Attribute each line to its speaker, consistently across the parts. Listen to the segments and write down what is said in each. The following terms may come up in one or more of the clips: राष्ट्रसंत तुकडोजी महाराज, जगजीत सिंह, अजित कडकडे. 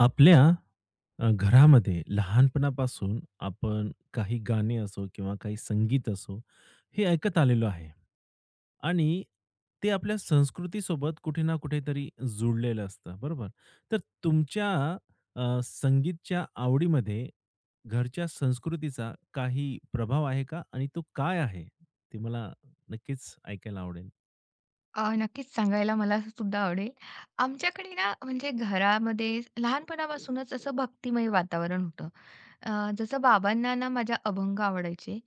Speaker 1: आपल्या घरामध्ये लहानपणापासून आपण काही गाणे असो किंवा काही संगीत असो, हे ऐकत आलेलो आहे आणि ते आपल्या संस्कृतीसोबत कुठे ना कुठेतरी जुळलेलं असतं, बरोबर? तर तुमच्या संगीतच्या आवडीमध्ये घरच्या संस्कृतीचा काही प्रभाव आहे का? आणि तो काय आहे? ते मला नक्कीच ऐकायला आवडेल.
Speaker 2: नक्कीच सांगायला मला सुद्धा आवडेल. आमच्याकडे ना म्हणजे घरामध्ये लहानपणापासूनच असं भक्तिमय वातावरण होतं. जसं बाबांना ना माझ्या अभंग आवडायचे.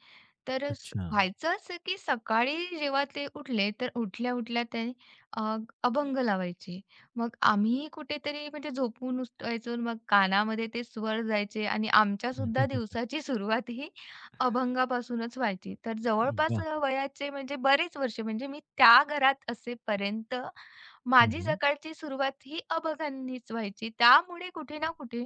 Speaker 2: तर
Speaker 1: अच्छा.
Speaker 2: व्हायचं असं की सकाळी जेव्हा ते उठले, तर उठल्या-उठल्या ते अ, अभंग लावायचे. मग आम्हीही कुठेतरी म्हणजे झोपून उठायचो आणि मग कानामध्ये ते स्वर जायचे आणि आमच्या सुद्धा दिवसाची सुरुवात ही अभंगापासूनच व्हायची. तर जवळपास
Speaker 1: वाह!
Speaker 2: वयाचे म्हणजे बरेच वर्ष म्हणजे मी त्या घरात असेपर्यंत
Speaker 1: हं,
Speaker 2: माझी
Speaker 1: हं.
Speaker 2: सकाळची सुरुवात ही अभंगांनीच व्हायची. त्यामुळे कुठे ना कुठे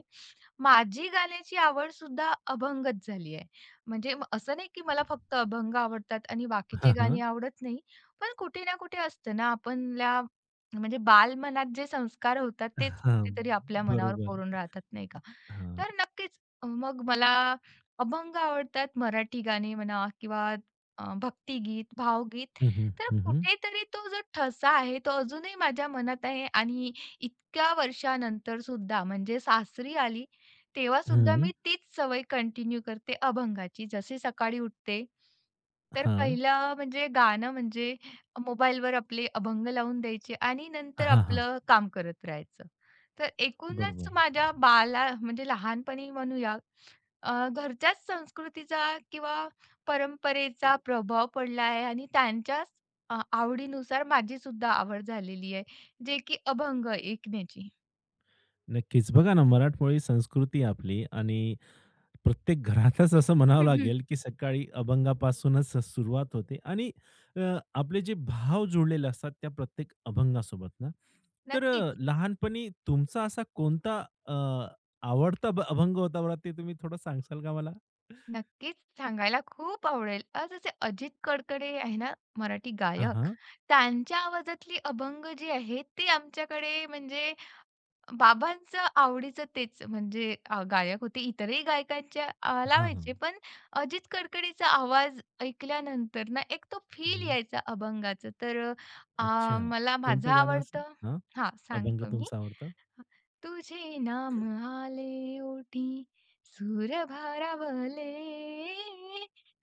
Speaker 2: माझी गाण्याची आवडसुद्धा अभंगच झाली आहे. म्हणजे असं नाही की मला फक्त अभंग आवडतात आणि बाकीची
Speaker 1: हां,
Speaker 2: गाणी
Speaker 1: हां.
Speaker 2: आवडत नाही. पण कुठे ना कुठे असतं ना आपल्या म्हणजे बालमनात जे संस्कार होतात तेच कुठेतरी आपल्या मनावर
Speaker 1: बरोबर.
Speaker 2: कोरून राहतात नाही का?
Speaker 1: हां.
Speaker 2: तर नक्कीच मग मला अभंग आवडतात, मराठी गाणी म्हणा किंवा भक्तिगीत, भावगीत.
Speaker 1: हं, हं.
Speaker 2: तर
Speaker 1: हं, हं.
Speaker 2: कुठेतरी तो जो ठसा आहे तो अजूनही माझ्या मनात आहे आणि इतक्या वर्षानंतर सुद्धा म्हणजे सासरी आली तेव्हा सुद्धा
Speaker 1: हं.
Speaker 2: मी तीच सवय कंटिन्यू करते अभंगाची. जसे सकाळी उठते, तर
Speaker 1: हां.
Speaker 2: पहिलं म्हणजे गाणं म्हणजे मोबाईलवर आपले अभंग लावून द्यायचे आणि नंतर
Speaker 1: हां, हां.
Speaker 2: आपलं काम करत राहायचं. तर एकूणच
Speaker 1: बरोबर.
Speaker 2: माझ्या बाला म्हणजे लहानपणी म्हणूया घरच्याच संस्कृतीचा किंवा परंपरेचा प्रभाव पडला आहे आणि त्यांच्याच आवडीनुसार माझी सुद्धा आवड झालेली आहे, जे की अभंग ऐकण्याची.
Speaker 1: नक्कीच. बघा ना, मराठमोळी संस्कृती आपली आणि प्रत्येक घरातच असं म्हणावं
Speaker 2: हं, हं.
Speaker 1: लागेल, की सकाळी अभंगापासूनच सुरुवात होते आणि अ, आपले जे भाव जुळलेले असतात त्या प्रत्येक अभंगासोबत ना. तर
Speaker 2: नक्कीच,
Speaker 1: लहानपणी तुमचा असा कोणता अ, आवडता अभंग होता बरं? ते तुम्ही थोडं सांगाल का मला?
Speaker 2: नक्कीच सांगायला खूप आवडेल. जसे अजित कडकडे आहे ना मराठी
Speaker 1: हां,
Speaker 2: गायक,
Speaker 1: हां.
Speaker 2: त्यांच्या आवाजातली अभंग जी आहेत ते आमच्याकडे म्हणजे बाबांचं आवडीचं तेच म्हणजे गायक होते. इतरही गायकांच्या
Speaker 1: हां, हां.
Speaker 2: लावायचे, पण अजित कडकडेचा आवाज ऐकल्यानंतर ना एक तो फील
Speaker 1: हं.
Speaker 2: यायचा अभंगाचा. तर
Speaker 1: अच्छा.
Speaker 2: मला माझं
Speaker 1: कोणतं गाणं असं?
Speaker 2: आवडतं
Speaker 1: हां.
Speaker 2: हां,
Speaker 1: अभंग
Speaker 2: सांगतो मी.
Speaker 1: तुमचा आवडता?
Speaker 2: तुझे नाम आले ओठी सूर भारावले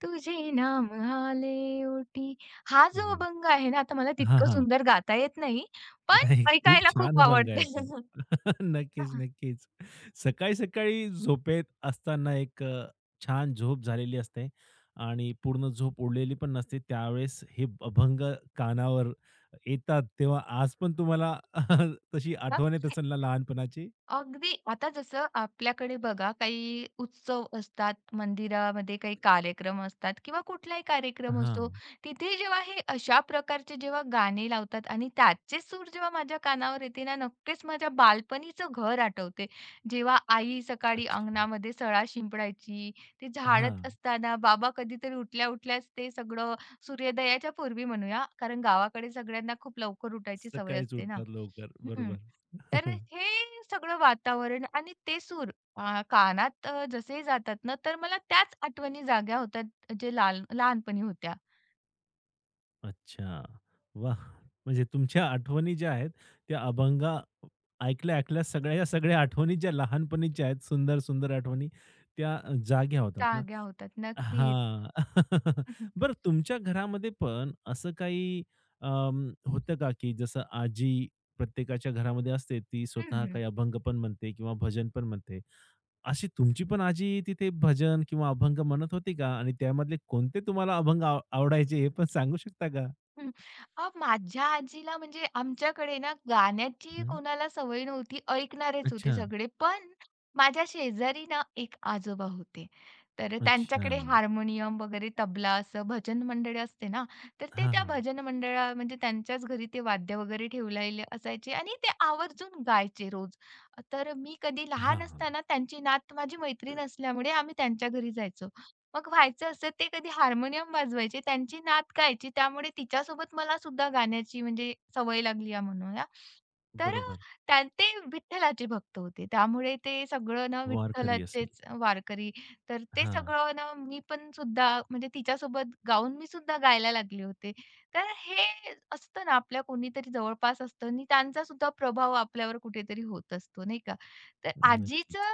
Speaker 2: तुझे नाम आले ओठी. हा जो
Speaker 1: हो.
Speaker 2: अभंग आहे ना आता मला
Speaker 1: हां,
Speaker 2: तितकं
Speaker 1: हां.
Speaker 2: सुंदर गाता येत नाही,
Speaker 1: नाही,
Speaker 2: पण
Speaker 1: खूप
Speaker 2: ऐकायला
Speaker 1: छान
Speaker 2: खूप
Speaker 1: अभंग आहे
Speaker 2: आवडते.
Speaker 1: तो. नक्कीच, नक्कीच. सकाळी-सकाळी झोपेत असताना एक छान झोप झालेली असते आणि पूर्ण झोप उडलेली पण नसते. त्यावेळेस हे अभंग कानावर येतात, तेव्हा आज पण तुम्हाला तशी आठवण येत असेल ना लहानपणाची?
Speaker 2: अगदी आता जसं आपल्याकडे बघा काही उत्सव असतात, मंदिरामध्ये काही कार्यक्रम असतात किंवा कुठलाही कार्यक्रम असतो.
Speaker 1: हां.
Speaker 2: तिथे जेव्हा हे अशा प्रकारचे जेव्हा गाणे लावतात आणि त्याचे सूर जेव्हा माझ्या कानावर येते ना, नक्कीच माझ्या बालपणीचं घर आठवते. जेव्हा आई सकाळी
Speaker 1: अच्छा.
Speaker 2: अंगणामध्ये सळा शिंपडायची, ते
Speaker 1: हां.
Speaker 2: झाडत असताना बाबा कधीतरी उठल्या-उठल्याच ते सगळं सूर्योदयाच्या पूर्वी म्हणूया, कारण गावाकडे सगळ्यांना खूप लवकर उठायची सवय
Speaker 1: सकाळीच
Speaker 2: असते ना.
Speaker 1: उठतात लवकर.
Speaker 2: हं.
Speaker 1: बरोबर.
Speaker 2: तर हे सगळं वातावरण आणि ते सूर कानात जसे जातात ना, तर मला त्याच आठवणी जाग्या होतात, जे लाल लहानपणी होत्या.
Speaker 1: अच्छा. वाह! म्हणजे तुमच्या आठवणी ज्या आहेत, त्या अभंग ऐकल्या-ऐकल्या सगळ्या सगळ्या आठवणी ज्या लहानपणीच्या आहेत, सुंदर-सुंदर आठवणी त्या जाग्या होतात ना?
Speaker 2: जाग्या होतात. नक्कीच.
Speaker 1: हां. बरं, तुमच्या घरामध्ये पण असं काही होतं का, की जसं आजी प्रत्येकाच्या घरामध्ये असते, ती स्वतः
Speaker 2: हं,
Speaker 1: काही अभंग पण म्हणते किंवा भजन पण म्हणते. अशी तुमची पण आजी तिथे भजन किंवा अभंग म्हणत होती का? आणि त्यामधले कोणते तुम्हाला अभंग आवडायचे हे पण सांगू शकता का?
Speaker 2: हं. माझ्या आजीला म्हणजे आमच्याकडे ना गाण्याची कोणाला सवय नव्हती, ऐकणारेच
Speaker 1: अच्छा,
Speaker 2: होते सगळे. पण माझ्या शेजारी ना एक आजोबा होते. तर
Speaker 1: अच्छा.
Speaker 2: त्यांच्याकडे हार्मोनियम वगैरे तबला असं भजन मंडळ असते ना, तर ते
Speaker 1: हां,
Speaker 2: त्या
Speaker 1: हां.
Speaker 2: भजन मंडळा म्हणजे त्यांच्याच घरी ते वाद्य वगैरे ठेवलेले असायचे आणि ते आवर्जून गायचे रोज. तर मी कधी
Speaker 1: हां,
Speaker 2: लहान
Speaker 1: हां.
Speaker 2: असताना त्यांची नात माझी मैत्रीण असल्यामुळे आम्ही त्यांच्या घरी जायचो. मग व्हायचं असं ते कधी हार्मोनियम वाजवायचे. त्यांची नात गायची. त्यामुळे तिच्यासोबत मला सुद्धा गाण्याची म्हणजे सवय लागली आहे म्हणूया. तर
Speaker 1: बरोबर.
Speaker 2: त्या ते विठ्ठलाचे भक्त होते. त्यामुळे ते सगळं ना
Speaker 1: वारकरी असेल.
Speaker 2: विठ्ठलाचेच वारकरी. तर ते
Speaker 1: हां,
Speaker 2: सगळं ना मी पण सुद्धा म्हणजे तिच्यासोबत गाऊन मी सुद्धा गायला लागले होते. तर हे असतं ना आपल्या कोणीतरी जवळपास असतं आणि त्यांचा सुद्धा प्रभाव आपल्यावर कुठेतरी होत असतो, नाही का? तर आजीचं
Speaker 1: नक्कीच.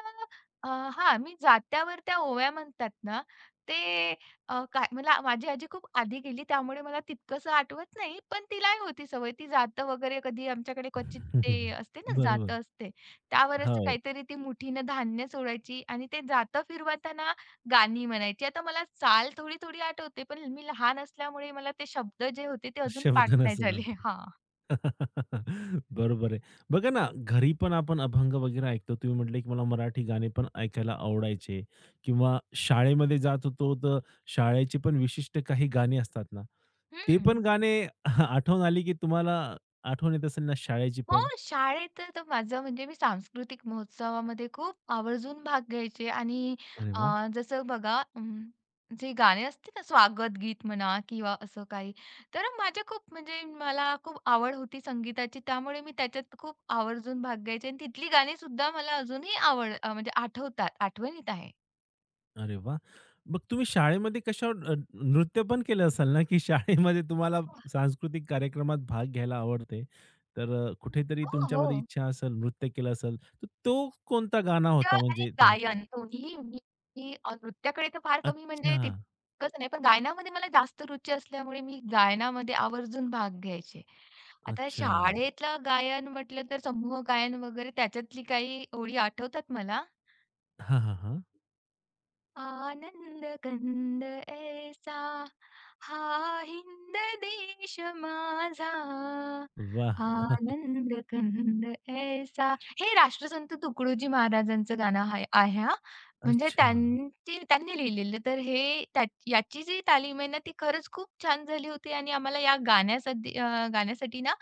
Speaker 2: अ, हां, मी जात्यावर त्या ओव्या म्हणतात ना ते काय मला माझी आजी खूप आधी गेली त्यामुळे मला तितकंसं आठवत नाही, पण तिलाही होती सवय. ती जातं वगैरे कधी आमच्याकडे क्वचित ते असते ना
Speaker 1: बरोबर.
Speaker 2: जातं असते. त्यावर
Speaker 1: हो,
Speaker 2: असं काहीतरी ती मुठीनं धान्य सोडायची आणि ते जातं फिरवताना गाणी म्हणायची. आता मला चाल थोडी-थोडी आठवते, पण मी लहान असल्यामुळे मला ते शब्द जे होते ते अजून
Speaker 1: शब्द
Speaker 2: पाठ नाही
Speaker 1: नसेल
Speaker 2: झाले.
Speaker 1: आठवत.
Speaker 2: हां.
Speaker 1: बरोबर आहे. बघा ना, घरी पण आपण अभंग वगैरे ऐकतो. तुम्ही म्हटले, की मला मराठी गाणे पण ऐकायला आवडायचे किंवा शाळेमध्ये जात होतो, तर शाळेचे पण विशिष्ट काही गाणी असतात ना, ते पण
Speaker 2: हं.
Speaker 1: गाणे आठवण आली, की तुम्हाला आठवण येत असेल ना शाळेची
Speaker 2: हो,
Speaker 1: पण?
Speaker 2: शाळेत तर माझं म्हणजे मी सांस्कृतिक महोत्सवामध्ये खूप आवर्जून भाग घ्यायचे आणि
Speaker 1: अरे
Speaker 2: अ,
Speaker 1: वाह!
Speaker 2: जसं बघा जे गाणे असते ना स्वागत गीत म्हणा किंवा असं काही, तर माझ्या खूप म्हणजे मला खूप आवड होती संगीताची त्यामुळे मी त्याच्यात खूप आवर्जून भाग घ्यायचे आणि तिथली गाणी सुद्धा मला अजूनही आवड म्हणजे आठवतात, आठवणीत आहे.
Speaker 1: अरे वाह! मग तुम्ही शाळेमध्ये कशावर नृत्य पण केलं असाल ना, की शाळेमध्ये तुम्हाला सांस्कृतिक कार्यक्रमात भाग घ्यायला आवडते. तर कुठेतरी
Speaker 2: हो,
Speaker 1: तुमच्यामध्ये
Speaker 2: हो.
Speaker 1: इच्छा असेल, नृत्य केलं असेल, तर तो कोणता गाणा
Speaker 2: नृत्य
Speaker 1: होता
Speaker 2: आणि
Speaker 1: म्हणजे तेव्हा?
Speaker 2: गायन दोन्ही मी मी अ, नृत्याकडे तर फार कमी
Speaker 1: अच्छा,
Speaker 2: म्हणजे तितकंच नाही, पण गायनामध्ये मला जास्त रुची असल्यामुळे मी गायनामध्ये आवर्जून भाग घ्यायचे. आता
Speaker 1: अच्छा.
Speaker 2: शाळेतलं गायन म्हटलं तर समूह गायन वगैरे त्याच्यातली काही ओळी आठवतात मला.
Speaker 1: हां, हां, हां.
Speaker 2: आनंद कंद ऐसा हा हिंद देश माझा.
Speaker 1: वाह!
Speaker 2: आनंद कंद ऐसा. हे राष्ट्रसंत तुकडोजी महाराजांचं गाणं आहे हा, म्हणजे
Speaker 1: अच्छा.
Speaker 2: त्यांचे त्यांनी लिहिलेलं. तर हे त्या- याची जी तालीम आहे ना ती खरंच खूप छान झाली होती आणि आम्हाला या गाण्यासाठी ना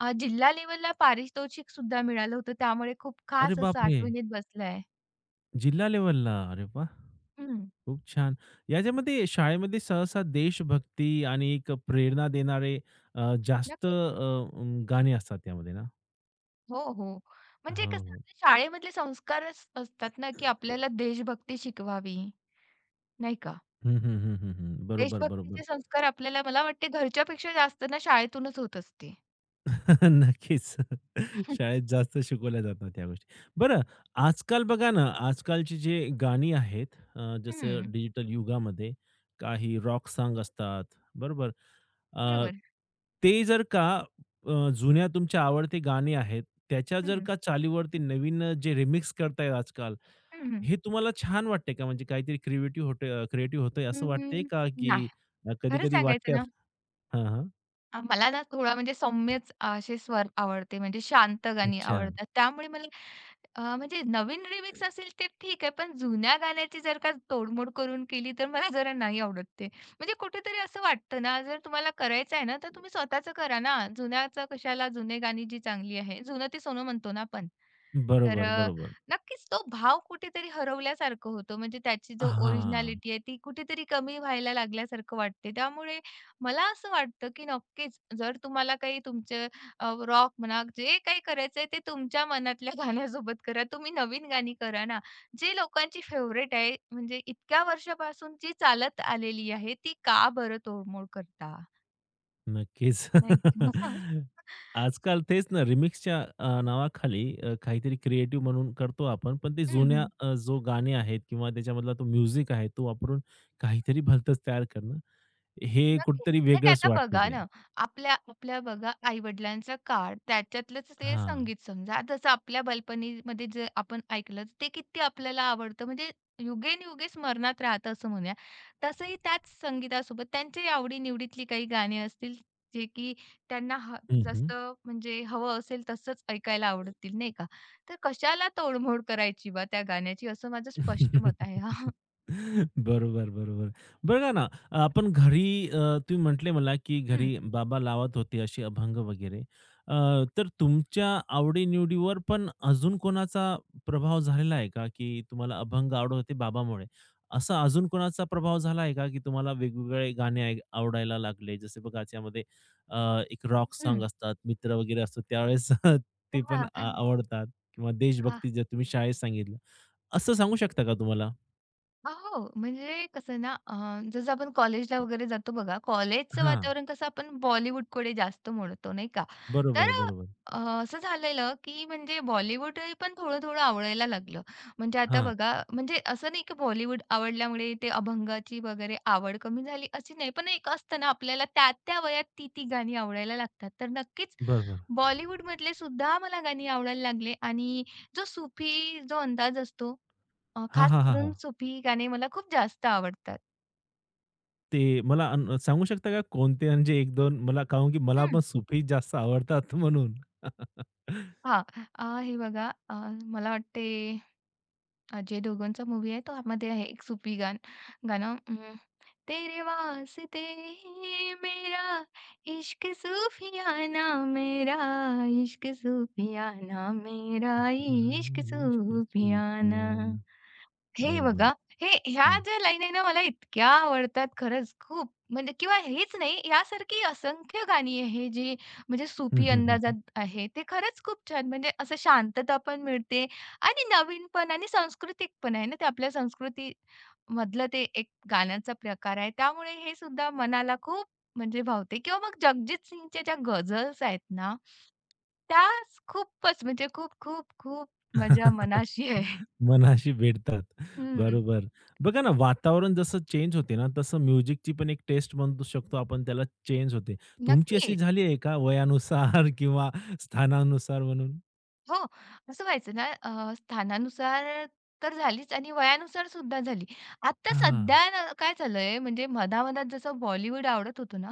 Speaker 2: जिल्हा लेवलला पारितोषिक सुद्धा मिळालं होतं त्यामुळे खूप
Speaker 1: अरे
Speaker 2: खास असं
Speaker 1: बापरे!
Speaker 2: आठवणीत बसलंय.
Speaker 1: जिल्हा लेव्हलला. अरे वाह!
Speaker 2: हम्म.
Speaker 1: खूप छान. याच्यामध्ये शाळेमध्ये सहसा देशभक्ती आणि एक प्रेरणा देणारे जास्त
Speaker 2: नक्की.
Speaker 1: गाणे असतात त्यामध्ये ना?
Speaker 2: हो, हो. म्हणजे
Speaker 1: हो,
Speaker 2: कसं
Speaker 1: हो.
Speaker 2: आपल्या शाळेमधले संस्कारच असतात ना, की आपल्याला देशभक्ती शिकवावी, नाही का?
Speaker 1: हं, हं, हं, हं, हं. बरोबर, बरोबर.
Speaker 2: देशभक्तीचे संस्कार आपल्याला मला वाटते घरच्यापेक्षा जास्त ना शाळेतूनच होत असते.
Speaker 1: नक्कीच. शाळेत जास्त शिकवल्या जातात त्या गोष्टी. बरं, आजकाल बघा ना, आजकालची जी गाणी आहेत, जसं
Speaker 2: हं,
Speaker 1: डिजिटल युगामध्ये काही रॉक साँग असतात, बरोबर. अ,
Speaker 2: बरोबर.
Speaker 1: ते जर का जुन्या तुमच्या आवडते गाणी आहेत, त्याच्या जर
Speaker 2: हं,
Speaker 1: का चालीवरती नवीन जे रिमिक्स करतायत आजकाल,
Speaker 2: हं, हं.
Speaker 1: हे तुम्हाला छान वाटते का? म्हणजे काहीतरी क्रिएटिव्ह होतंय असं वाटतंय
Speaker 2: अं,
Speaker 1: का, की
Speaker 2: नाही. खरं
Speaker 1: कधी-कधी वाटते?
Speaker 2: सांगायचं ना,
Speaker 1: हां,
Speaker 2: मला ना थोडा म्हणजे सौम्यच असे स्वर आवडते, म्हणजे शांत गाणी
Speaker 1: अच्छा.
Speaker 2: आवडतात. त्यामुळे मला म्हणजे नवीन रिमिक्स असेल ते ठीक आहे, पण जुन्या गाण्याची जर का तोडमोड करून केली, तर मला जरा नाही आवडत ते. म्हणजे कुठेतरी असं वाटतं ना, जर तुम्हाला करायचं आहे ना, तर तुम्ही स्वतःचं करा ना. जुन्याचं कशाला, जुने गाणी जी चांगली आहे, जुनं ते सोनं म्हणतो ना आपण. तर
Speaker 1: बरोबर, बरोबर.
Speaker 2: नक्कीच तो भाव कुठेतरी हरवल्यासारखं होतो. म्हणजे त्याची जो
Speaker 1: हां.
Speaker 2: ओरिजिनॅलिटी आहे, ती कुठेतरी कमी व्हायला लागल्यासारखं वाटते. त्यामुळे मला असं वाटतं, की नक्कीच जर तुम्हाला काही तुमच्या रॉक म्हणा, जे काही करायचंय ते तुमच्या मनातल्या गाण्यासोबत करा. तुम्ही नवीन गाणी करा ना. जे लोकांची फेवरेट आहे, म्हणजे इतक्या वर्षापासून जी चालत आलेली आहे, ती का बरं तोडमोड करता?
Speaker 1: नक्कीच.
Speaker 2: नाही का?
Speaker 1: आजकाल तेच ना रिमिक्सच्या नावाखाली काहीतरी क्रिएटिव्ह म्हणून करतो आपण. पण ते
Speaker 2: हं,
Speaker 1: जुन्या
Speaker 2: हं.
Speaker 1: जो गाणे आहेत किंवा त्याच्यामधला तो म्युझिक आहे, तो वापरून काहीतरी भलतंच तयार करणं, हे
Speaker 2: नक्कीच.
Speaker 1: कुठेतरी
Speaker 2: म्हणजे
Speaker 1: वेगळंच
Speaker 2: आता
Speaker 1: वाटते
Speaker 2: बघा
Speaker 1: ते.
Speaker 2: ना, आपल्या आपल्या बघा आई-वडिलांचा काळ, त्याच्यातलंच ते
Speaker 1: हां.
Speaker 2: संगीत समजा. आता जसं आपल्या बालपणीमध्ये जे आपण ऐकलं, ते किती आपल्याला आवडतं, म्हणजे युगेनयुगे स्मरणात राहतं असं म्हणूया. तसंही त्याच संगीतासोबत त्यांच्याही आवडी काही गाणी असतील, जे की त्यांना ह
Speaker 1: हं, हं.
Speaker 2: जसं म्हणजे हवं असेल तसंच ऐकायला आवडतील, नाही का? तर कशाला तोडमोड करायची बा त्या गाण्याची, असं माझं स्पष्ट मत आहे. हां.
Speaker 1: बरोबर, बरोबर. बघा ना, आपण घरी तुम्ही म्हटले मला, की
Speaker 2: हं.
Speaker 1: घरी बाबा लावत होते असे अभंग वगैरे. तर तुमच्या आवडी-निवडीवर पण अजून कोणाचा प्रभाव झालेला आहे का? की तुम्हाला अभंग आवडत होते बाबामुळे. असा अजून कोणाचा प्रभाव झाला आहे का? की तुम्हाला वेगवेगळे गाणे आवडायला लागले? जसे बघा त्यामध्ये अ, एक रॉक
Speaker 2: हं.
Speaker 1: सॉन्ग असतात, मित्र वगैरे असतो त्यावेळेस ते पण आवडतात किंवा
Speaker 2: हां.
Speaker 1: देशभक्ती जे तुम्ही शाळेत सांगितलं. असं सांगू शकता का तुम्हाला?
Speaker 2: हो, म्हणजे कसं ना जसं आपण कॉलेजला वगैरे जातो बघा, कॉलेजचं
Speaker 1: हां.
Speaker 2: वातावरण कसं आपण बॉलिवूडकडे जास्त वळतो नाही का? तर
Speaker 1: बरोबर, बरोबर.
Speaker 2: अ, असं झालेलं, की म्हणजे बॉलिवूड पण थोडं-थोडं आवडायला लागलं. म्हणजे आता
Speaker 1: हां.
Speaker 2: बघा, म्हणजे असं नाही की बॉलिवूड आवडल्यामुळे ते अभंगाची वगैरे आवड कमी झाली अशी नाही. पण एक असतं ना आपल्याला त्या-त्या वयात ती-ती गाणी आवडायला लागतात. तर नक्कीच
Speaker 1: बरोबर.
Speaker 2: बॉलिवूडमधले सुद्धा मला गाणी आवडायला लागले आणि जो सुफी जो अंदाज असतो,
Speaker 1: हां,
Speaker 2: खास
Speaker 1: हां, हां,
Speaker 2: करून
Speaker 1: हां.
Speaker 2: सुफी गाणे मला खूप जास्त आवडतात.
Speaker 1: ते मला सांगू शकता का कोणते, म्हणजे 1-2, मला, कारण की मला
Speaker 2: हं.
Speaker 1: पण सुफी जास्त आवडतात म्हणून.
Speaker 2: हां. हे बघा, मला वाटते अजय देवगणचा मूव्ही आहे तो ह्यामध्ये आहे एक सुफी गाणं. तेरे वास्ते है मेरा इश्क सूफियाना, मेरा इश्क सूफियाना, मेरा इश्क
Speaker 1: नाही,
Speaker 2: सूफियाना.
Speaker 1: सुफियान.
Speaker 2: हे
Speaker 1: बरोबर.
Speaker 2: बघा, हे ह्या
Speaker 1: हं.
Speaker 2: ज्या लाईनी आहे ना मला इतक्या आवडतात खरंच खूप. म्हणजे किंवा हेच नाही, यासारखी असंख्य गाणी आहे जी म्हणजे
Speaker 1: हं,
Speaker 2: सुफी
Speaker 1: हं, हं.
Speaker 2: अंदाजात आहे. ते खरंच खूप छान, म्हणजे असं शांतता पण मिळते आणि नवीन पण आणि सांस्कृतिक पण आहे ना, ते आपल्या संस्कृती मधलं ते एक गाण्याचा प्रकार आहे. त्यामुळे हे सुद्धा मनाला खूप म्हणजे भावते, किंवा मग जगजीत सिंगच्या ज्या गझल्स आहेत ना, त्या खूपच म्हणजे खूप, खूप, खूप माझ्या मनाशी आहे.
Speaker 1: मनाशी भिडतात. बरोबर. बघा ना, वातावरण जसं चेंज होते ना, तसं म्युझिकची पण एक टेस्ट म्हणू शकतो आपण त्याला चेंज होते. तुमची अशी
Speaker 2: नक्कीच.
Speaker 1: झाली आहे का वयानुसार किंवा स्थानानुसार म्हणून?
Speaker 2: हो, असं व्हायचं ना स्थानानुसार तर झालीच आणि वयानुसार सुद्धा झाली. आता
Speaker 1: हां.
Speaker 2: सध्या ना काय झालंय म्हणजे मधा-मधात जसं बॉलिवूड आवडत होतो, ना,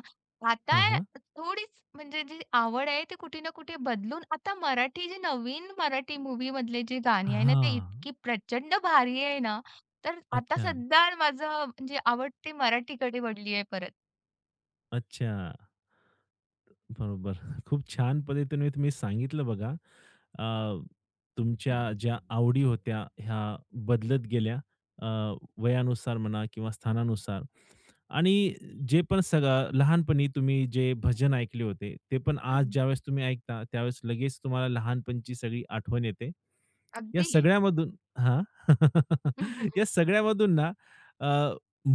Speaker 2: आता
Speaker 1: हां, हां.
Speaker 2: थोडीच म्हणजे जी आवड आहे ती कुठे ना कुठे बदलून आता मराठी जी नवीन मराठी मूव्हीमधले जी गाणी आहे ना, ते
Speaker 1: हां.
Speaker 2: इतकी प्रचंड भारी आहे ना, तर आता
Speaker 1: अच्छा,
Speaker 2: सध्या माझं म्हणजे आवड ती मराठीकडे वळली आहे परत.
Speaker 1: अच्छा. बरोबर. खूप छान पद्धतीने तुम्ही सांगितलं बघा. अ, तुमच्या ज्या आवडी होत्या ह्या बदलत गेल्या, अ, वयानुसार म्हणा किंवा स्थानानुसार आणि जे पण सगळं लहानपणी तुम्ही जे भजन ऐकले होते, ते पण आज
Speaker 2: हं,
Speaker 1: ज्यावेळेस तुम्ही ऐकता, त्यावेळेस लगेच तुम्हाला लहानपणची सगळी आठवण येते. या
Speaker 2: अगदी.
Speaker 1: सगळ्यामधून हां. या सगळ्यामधून ना अ,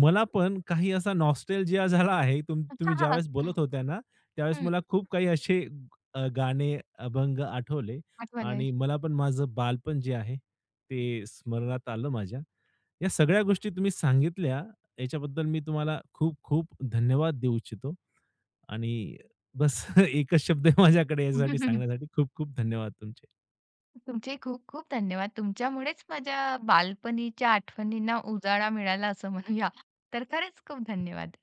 Speaker 1: मला पण काही असा नॉस्टॅल्जिया झाला आहे. तुम्ही ज्यावेळेस बोलत होत्या ना, त्यावेळेस
Speaker 2: हं,
Speaker 1: मला खूप काही असे गाणे, अभंग आठवले.
Speaker 2: आठवलंय.
Speaker 1: आणि मला पण माझं बालपण जे आहे, ते स्मरणात आलं माझ्या. या सगळ्या गोष्टी तुम्ही सांगितल्या, याच्याबद्दल मी तुम्हाला खूप-खूप धन्यवाद देऊ इच्छितो आणि बस एकच शब्द आहे माझ्याकडे यासाठी सांगण्यासाठी. खूप-खूप धन्यवाद तुमचे.
Speaker 2: तुमचे खूप खूप धन्यवाद. तुमच्यामुळेच माझ्या बालपणीच्या आठवणींना उजाळा मिळाला असं म्हणूया. तर खरंच खूप धन्यवाद.